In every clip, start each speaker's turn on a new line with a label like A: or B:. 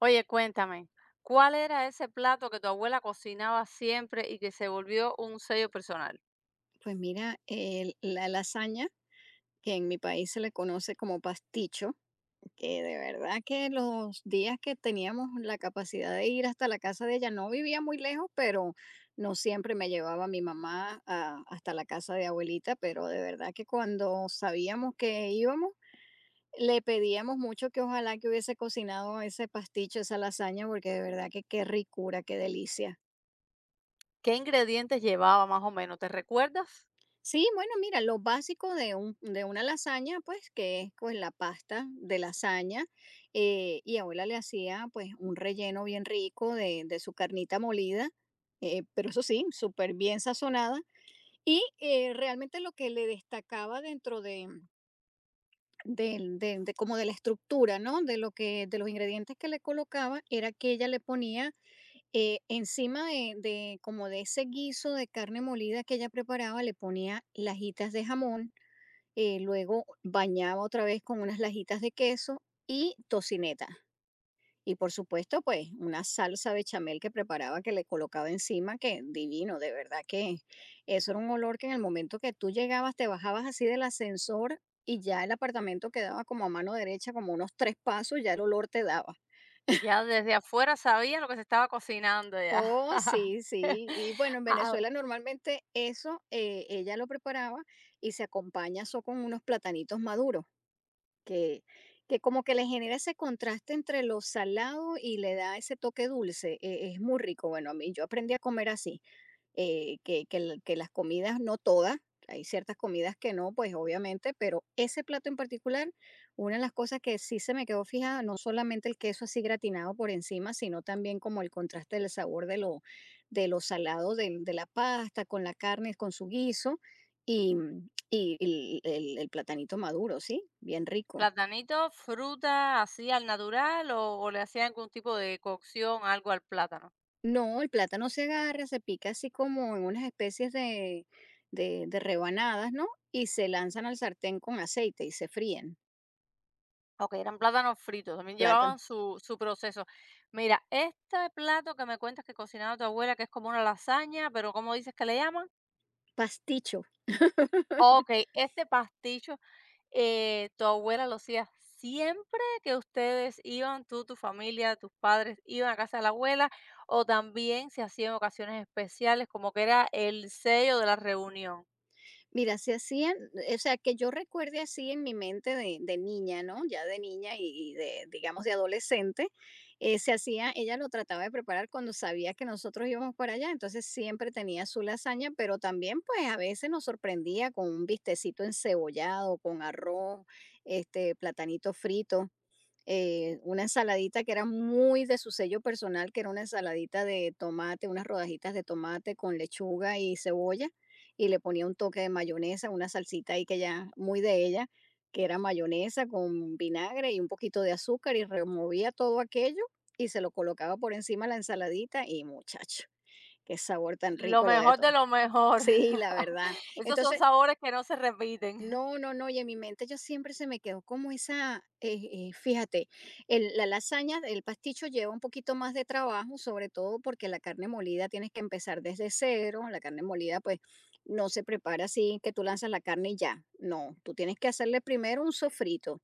A: Oye, cuéntame, ¿cuál era ese plato que tu abuela cocinaba siempre y que se volvió un sello personal?
B: Pues mira, la lasaña, que en mi país se le conoce como pasticho, que de verdad que los días que teníamos la capacidad de ir hasta la casa de ella, no vivía muy lejos, pero no siempre me llevaba mi mamá hasta la casa de abuelita, pero de verdad que cuando sabíamos que íbamos, le pedíamos mucho que ojalá que hubiese cocinado ese pasticho, esa lasaña, porque de verdad que qué ricura, qué delicia.
A: ¿Qué ingredientes llevaba más o menos? ¿Te recuerdas?
B: Sí, bueno, mira, lo básico de de una lasaña, pues, que es pues la pasta de lasaña, y abuela le hacía pues un relleno bien rico de su carnita molida, pero eso sí, súper bien sazonada. Y realmente lo que le destacaba dentro de, del- de como de la estructura, ¿no? De los ingredientes que le colocaba, era que ella le ponía encima de ese guiso de carne molida que ella preparaba, le ponía lajitas de jamón, luego bañaba otra vez con unas lajitas de queso y tocineta. Y por supuesto, pues una salsa bechamel que preparaba, que le colocaba encima, que divino, de verdad que eso era un olor que en el momento que tú llegabas, te bajabas así del ascensor y ya el apartamento quedaba como a mano derecha, como unos tres pasos, ya el olor te daba.
A: Ya desde afuera sabía lo que se estaba cocinando ya.
B: Oh, sí, sí. Y bueno, en
A: Ah,
B: Venezuela normalmente eso ella lo preparaba y se acompaña eso con unos platanitos maduros. Que que como que le genera ese contraste entre lo salado y le da ese toque dulce, es muy rico. Bueno, a mí yo aprendí a comer así, que las comidas, no todas, hay ciertas comidas que no, pues, obviamente, pero ese plato en particular, una de las cosas que sí se me quedó fijada, no solamente el queso así gratinado por encima, sino también como el contraste del sabor de lo salado del de la pasta con la carne, con su guiso y el platanito maduro, sí, bien rico.
A: ¿Platanito, fruta, así al natural o le hacían algún tipo de cocción, algo al plátano?
B: No, el plátano se agarra, se pica así como en unas especies de rebanadas, ¿no? Y se lanzan al sartén con aceite y se fríen.
A: Ok, eran plátanos fritos, también
B: Plátano.
A: llevaban su proceso. Mira, este plato que me cuentas que cocinaba tu abuela, que es como una lasaña, pero ¿cómo dices que le llaman?
B: Pasticho.
A: Okey, este pasticho, tu abuela lo hacía siempre que ustedes iban, tú, tu familia, tus padres, iban a casa de la abuela, o también se hacía en ocasiones especiales, como que era el sello de la reunión.
B: Mira, se hacían, o sea, que yo recuerde así en mi mente de niña, ¿no? Ya de niña y de, digamos, de adolescente, se hacía, ella lo trataba de preparar cuando sabía que nosotros íbamos para allá, entonces siempre tenía su lasaña, pero también pues a veces nos sorprendía con un bistecito encebollado, con arroz, platanito frito una ensaladita que era muy de su sello personal, que era una ensaladita de tomate, unas rodajitas de tomate con lechuga y cebolla, y le ponía un toque de mayonesa, una salsita ahí que ya muy de ella, que era mayonesa con vinagre y un poquito de azúcar, y removía todo aquello y se lo colocaba por encima la ensaladita, y muchacho, qué sabor tan
A: Lo
B: rico lo de
A: mejor
B: todo.
A: de lo mejor.
B: Sí, la verdad.
A: Esos son
B: Entonces,
A: sabores que no se repiten.
B: no, no, no, y en mi mente yo siempre se me quedó como esa, fíjate, la lasaña, el pasticho lleva un poquito más de trabajo, sobre todo porque la carne molida tienes que empezar desde cero, la carne molida pues no se prepara así que tú lanzas la carne y ya, no, tú tienes que hacerle primero un sofrito,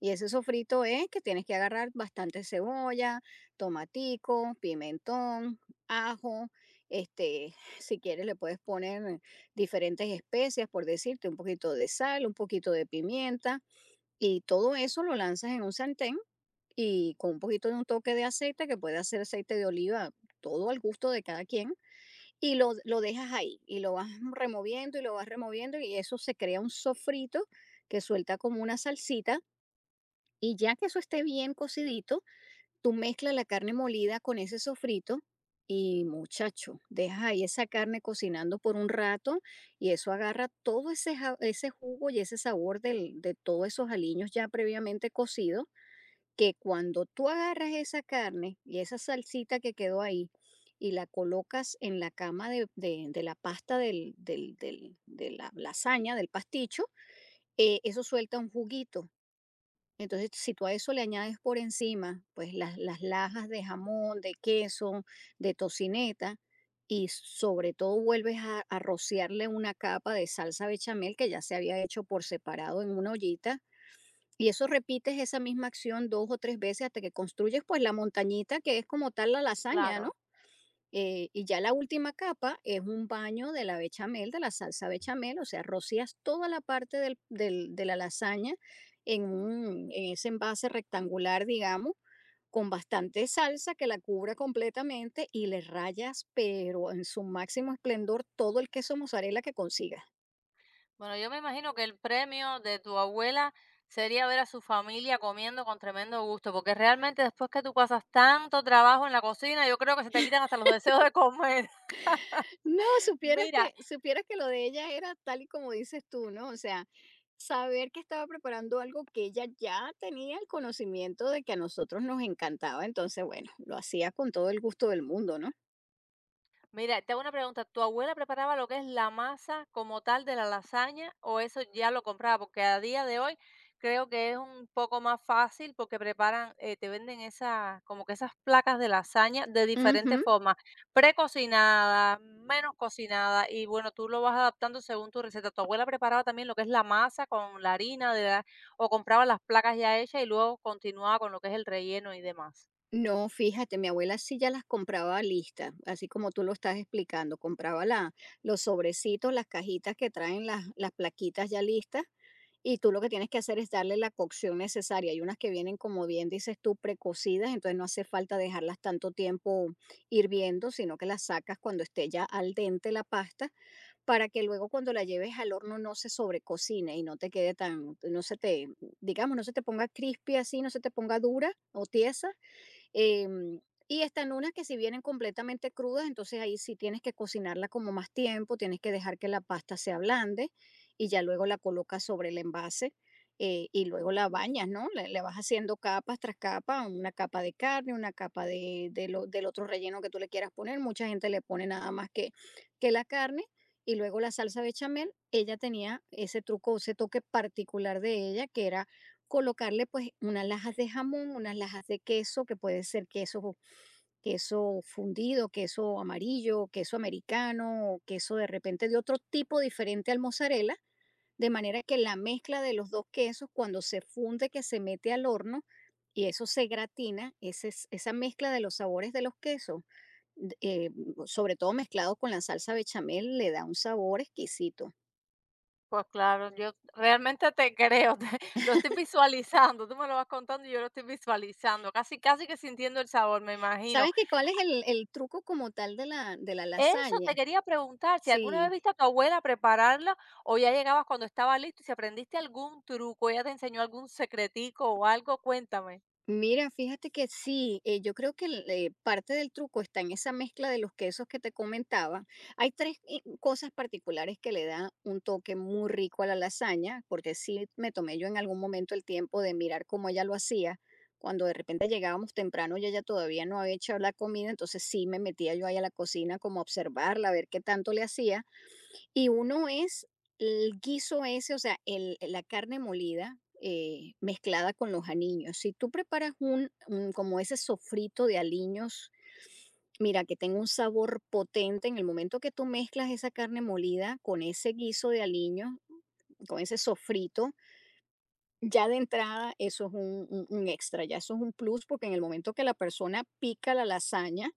B: y ese sofrito es que tienes que agarrar bastante cebolla, tomatico, pimentón, ajo, si quieres le puedes poner diferentes especias, por decirte, un poquito de sal, un poquito de pimienta, y todo eso lo lanzas en un sartén y con un poquito de un toque de aceite, que puede ser aceite de oliva, todo al gusto de cada quien, y lo dejas ahí, y lo vas removiendo y lo vas removiendo, y eso se crea un sofrito que suelta como una salsita y ya que eso esté bien cocidito, tú mezclas la carne molida con ese sofrito y muchacho, dejas ahí esa carne cocinando por un rato y eso agarra todo ese jugo y ese sabor de todos esos aliños ya previamente cocidos, que cuando tú agarras esa carne y esa salsita que quedó ahí y la colocas en la cama de la pasta de la lasaña, del pasticho, eso suelta un juguito entonces, si tú a eso le añades por encima, pues las lajas de jamón, de queso, de tocineta, y sobre todo vuelves a rociarle una capa de salsa bechamel que ya se había hecho por separado en una ollita, y eso repites esa misma acción dos o tres veces hasta que construyes pues la montañita que es como tal la lasaña, ¿no?
A: Claro.
B: Y ya la última capa es un baño de la bechamel, de la salsa bechamel, o sea, rocías toda la parte de la lasaña en ese envase rectangular, digamos, con bastante salsa que la cubra completamente y le rayas, pero en su máximo esplendor, todo el queso mozzarella que consigas.
A: Bueno, yo me imagino que el premio de tu abuela sería ver a su familia comiendo con tremendo gusto, porque realmente después que tú pasas tanto trabajo en la cocina, yo creo que se te quitan hasta los deseos de comer.
B: No, supieras
A: Mira,
B: que supieras que lo de ella era tal y como dices tú, ¿no? O sea, saber que estaba preparando algo que ella ya tenía el conocimiento de que a nosotros nos encantaba, entonces, bueno, lo hacía con todo el gusto del mundo, ¿no?
A: Mira, te hago una pregunta. ¿Tu abuela preparaba lo que es la masa como tal de la lasaña o eso ya lo compraba? Porque a día de hoy creo que es un poco más fácil porque preparan, te venden esas, como que esas placas de lasaña de diferentes
B: Ujú.
A: formas, precocinada, menos cocinada y bueno, tú lo vas adaptando según tu receta. ¿Tu abuela preparaba también lo que es la masa con la harina de la- o compraba las placas ya hechas y luego continuaba con lo que es el relleno y demás?
B: No, fíjate, mi abuela sí ya las compraba listas, así como tú lo estás explicando, compraba los sobrecitos, las cajitas que traen las plaquitas ya listas. Y tú lo que tienes que hacer es darle la cocción necesaria. Hay unas que vienen, como bien dices tú, precocidas, entonces no hace falta dejarlas tanto tiempo hirviendo, sino que las sacas cuando esté ya al dente la pasta, para que luego cuando la lleves al horno no se sobrecocine y no te quede tan, no se te, digamos, no se te ponga crispy así, no se te ponga dura o tiesa. Em, y están unas que si vienen completamente crudas, entonces ahí sí tienes que cocinarla como más tiempo, tienes que dejar que la pasta se ablande y ya luego la colocas sobre el envase y luego la bañas, ¿no? Le vas haciendo capas tras capa, una capa de carne, una capa del otro relleno que tú le quieras poner. Mucha gente le pone nada más que la carne y luego la salsa bechamel. Ella tenía ese truco, ese toque particular de ella que era colocarle pues unas lajas de jamón, unas lajas de queso, que puede ser queso fundido, queso amarillo, queso americano, o queso de repente de otro tipo diferente al mozzarella, de manera que la mezcla de los dos quesos cuando se funde, que se mete al horno y eso se gratina, esa mezcla de los sabores de los quesos, d- eh, sobre todo mezclado con la salsa bechamel, le da un sabor exquisito.
A: Pues claro, yo realmente te creo, te lo estoy visualizando, tú me lo vas contando y yo lo estoy visualizando, casi, casi que sintiendo el sabor, me imagino.
B: ¿Sabes qué cuál es el truco como tal de la
A: Eso te
B: lasaña?
A: quería preguntar, si alguna vez
B: Sí,
A: viste a tu abuela prepararla o ya llegabas cuando estaba listo y si aprendiste algún truco, ella te enseñó algún secretico o algo, cuéntame.
B: mira, fíjate que sí, yo creo que parte del truco está en esa mezcla de los quesos que te comentaba. Hay tres cosas particulares que le dan un toque muy rico a la lasaña, porque sí me tomé yo en algún momento el tiempo de mirar cómo ella lo hacía. Cuando de repente llegábamos temprano y ella todavía no había hecho la comida, entonces sí me metía yo ahí a la cocina como a observarla, a ver qué tanto le hacía. Y uno es el guiso ese, o sea, la carne molida mezclada con los aliños. Si tú preparas como ese sofrito de aliños, mira, que tenga un sabor potente en el momento que tú mezclas esa carne molida con ese guiso de aliños, con ese sofrito, ya de entrada eso es un extra, ya eso es un plus, porque en el momento que la persona pica la lasaña,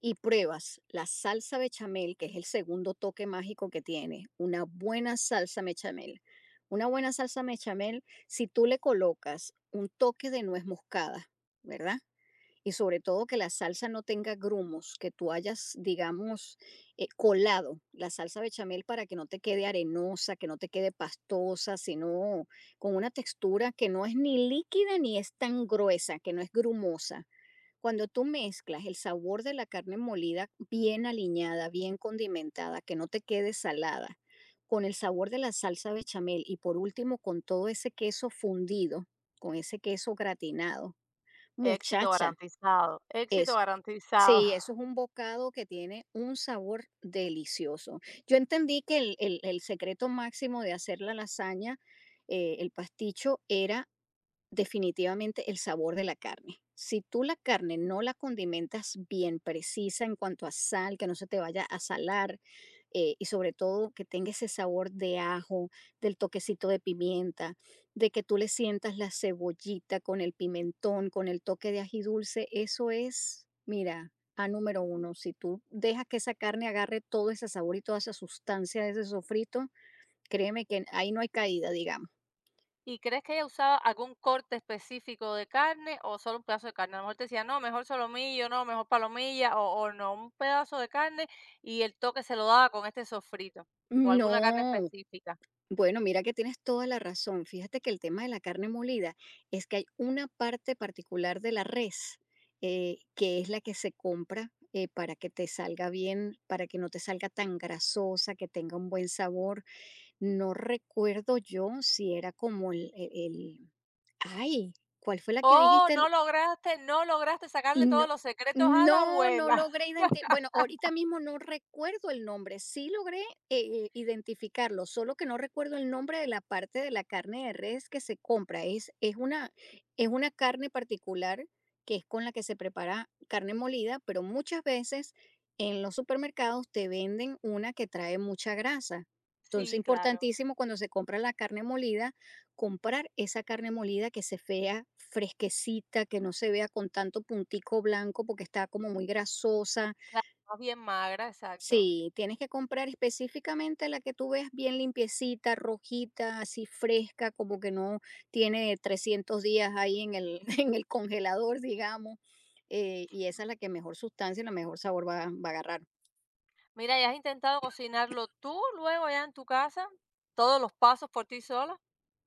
B: y pruebas la salsa bechamel, que es el segundo toque mágico que tiene, una buena salsa bechamel. Una buena salsa bechamel, si tú le colocas un toque de nuez moscada, ¿verdad? Y sobre todo que la salsa no tenga grumos, que tú hayas, digamos, colado la salsa bechamel para que no te quede arenosa, que no te quede pastosa, sino con una textura que no es ni líquida ni es tan gruesa, que no es grumosa cuando tú mezclas el sabor de la carne molida bien aliñada, bien condimentada, que no te quede salada, con el sabor de la salsa bechamel y por último con todo ese queso fundido, con ese queso gratinado,
A: Éxito
B: muchacha,
A: garantizado, éxito
B: es
A: garantizado.
B: sí, eso es un bocado que tiene un sabor delicioso. Yo entendí que el secreto máximo de hacer la lasaña, el pasticho, era definitivamente el sabor de la carne. Si tú la carne no la condimentas bien precisa en cuanto a sal, que no se te vaya a salar, y sobre todo que tenga ese sabor de ajo, del toquecito de pimienta, de que tú le sientas la cebollita con el pimentón, con el toque de ají dulce, eso es, mira, a número uno. Si tú dejas que esa carne agarre todo ese sabor y toda esa sustancia de ese sofrito, créeme que ahí no hay caída, digamos.
A: ¿Y crees que ella usaba algún corte específico de carne o solo un pedazo de carne? A lo mejor te decía, no, mejor solomillo, no, mejor palomilla, o no, un pedazo de carne y el toque se lo daba con este sofrito o alguna carne
B: No,
A: específica.
B: bueno, mira que tienes toda la razón. Fíjate que el tema de la carne molida es que hay una parte particular de la res, que es la que se compra, para que te salga bien, para que no te salga tan grasosa, que tenga un buen sabor. No recuerdo yo si era como ay, ¿cuál fue la que
A: Oh,
B: dijiste?
A: no lograste, no lograste sacarle
B: No,
A: todos los secretos a la
B: no
A: abuela.
B: logré identi, bueno, ahorita mismo no recuerdo el nombre, sí logré, identificarlo, solo que no recuerdo el nombre de la parte de la carne de res que se compra, es una, es una carne particular que es con la que se prepara carne molida, pero muchas veces en los supermercados te venden una que trae mucha grasa. Entonces,
A: Sí, claro,
B: importantísimo cuando se compra la carne molida, comprar esa carne molida que se vea fresquecita, que no se vea con tanto puntico blanco porque está como muy grasosa.
A: claro, más bien magra, exacto.
B: Sí, tienes que comprar específicamente la que tú veas bien limpiecita, rojita, así fresca, como que no tiene 300 días ahí en el, en el congelador, digamos. Y esa es la que mejor sustancia y la mejor sabor va a agarrar.
A: Mira, ¿y has intentado cocinarlo tú luego ya en tu casa? ¿Todos los pasos por ti sola?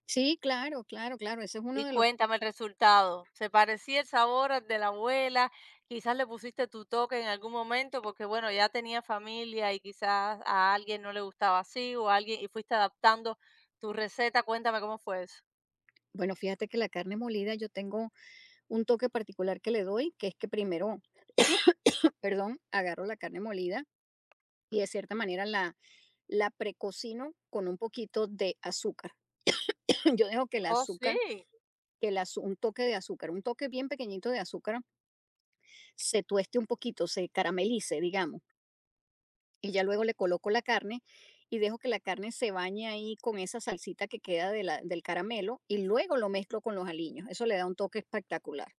B: Sí, claro, claro, claro. Ese es uno
A: Y
B: de los...
A: cuéntame el resultado. ¿Se parecía el sabor al de la abuela? Quizás le pusiste tu toque en algún momento porque, bueno, ya tenía familia y quizás a alguien no le gustaba así o a alguien y fuiste adaptando tu receta. Cuéntame cómo fue eso.
B: Bueno, fíjate que la carne molida yo tengo un toque particular que le doy, que es que primero, perdón, agarro la carne molida y de cierta manera la precocino con un poquito de azúcar. Yo dejo que el
A: Oh, sí.
B: azúcar, un toque de azúcar, un toque bien pequeñito de azúcar, se tueste un poquito, se caramelice, digamos. Y ya luego le coloco la carne y dejo que la carne se bañe ahí con esa salsita que queda de del caramelo y luego lo mezclo con los aliños. Eso le da un toque espectacular.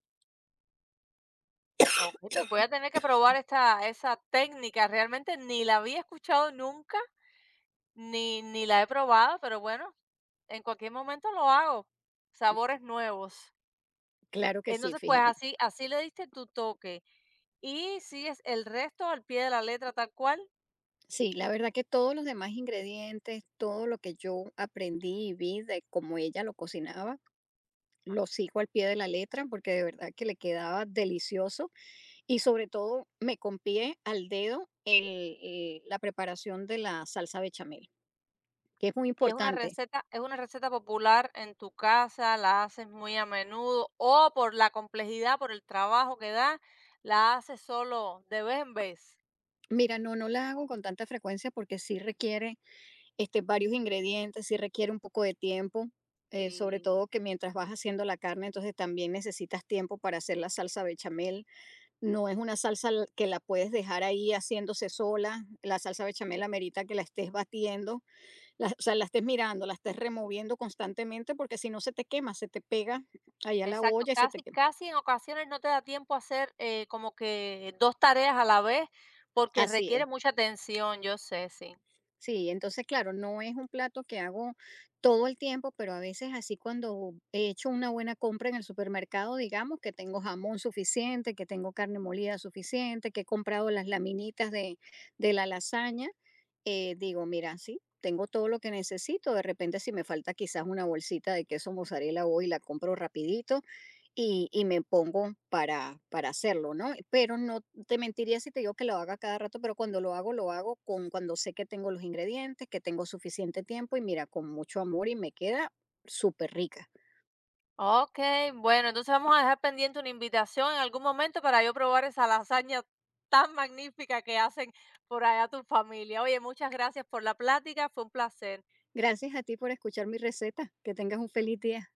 A: Ok, pues voy a tener que probar esta, esa técnica. Realmente ni la había escuchado nunca, ni la he probado, pero bueno, en cualquier momento lo hago. Sabores nuevos.
B: Claro que sí,
A: Entonces, pues
B: fíjate.
A: así así le diste tu toque y sigues el resto al pie de la letra tal cual,
B: Sí, la verdad que todos los demás ingredientes, todo lo que yo aprendí y vi de cómo ella lo cocinaba, lo sigo al pie de la letra porque de verdad que le quedaba delicioso y sobre todo me copié al dedo el, la preparación de la salsa bechamel, que es muy
A: y
B: importante.
A: es una receta popular en tu casa, la haces muy a menudo o por la complejidad, por el trabajo que da, la haces solo de vez en vez.
B: Mira, no, no la hago con tanta frecuencia porque sí requiere este, varios ingredientes, sí requiere un poco de tiempo, sobre todo
A: Sí,
B: que mientras vas haciendo la carne, entonces también necesitas tiempo para hacer la salsa bechamel. No es una salsa l que la puedes dejar ahí haciéndose sola. La salsa bechamel amerita que la estés batiendo, la, o sea, la estés mirando, la estés removiendo constantemente, porque si no se te quema, se te pega allá la
A: exacto,
B: olla y se te
A: casi
B: quema.
A: casi en ocasiones no te da tiempo a hacer, como que 2 tareas a la vez, porque
B: Así es.
A: requiere mucha atención, yo sé, sí.
B: Sí, entonces, claro, no es un plato que hago todo el tiempo, pero a veces así cuando he hecho una buena compra en el supermercado, digamos que tengo jamón suficiente, que tengo carne molida suficiente, que he comprado las laminitas de la lasaña, digo, mira, sí, tengo todo lo que necesito. De repente, si me falta quizás una bolsita de queso mozzarella hoy, la compro rapidito. Y me pongo para hacerlo, ¿no? Pero no te mentiría si te digo que lo haga cada rato, pero cuando lo hago con, cuando sé que tengo los ingredientes, que tengo suficiente tiempo y mira, con mucho amor y me queda súper rica.
A: Ok, bueno, entonces vamos a dejar pendiente una invitación en algún momento para yo probar esa lasaña tan magnífica que hacen por allá tu familia. Oye, muchas gracias por la plática, fue un placer.
B: Gracias a ti por escuchar mi receta. Que tengas un feliz día.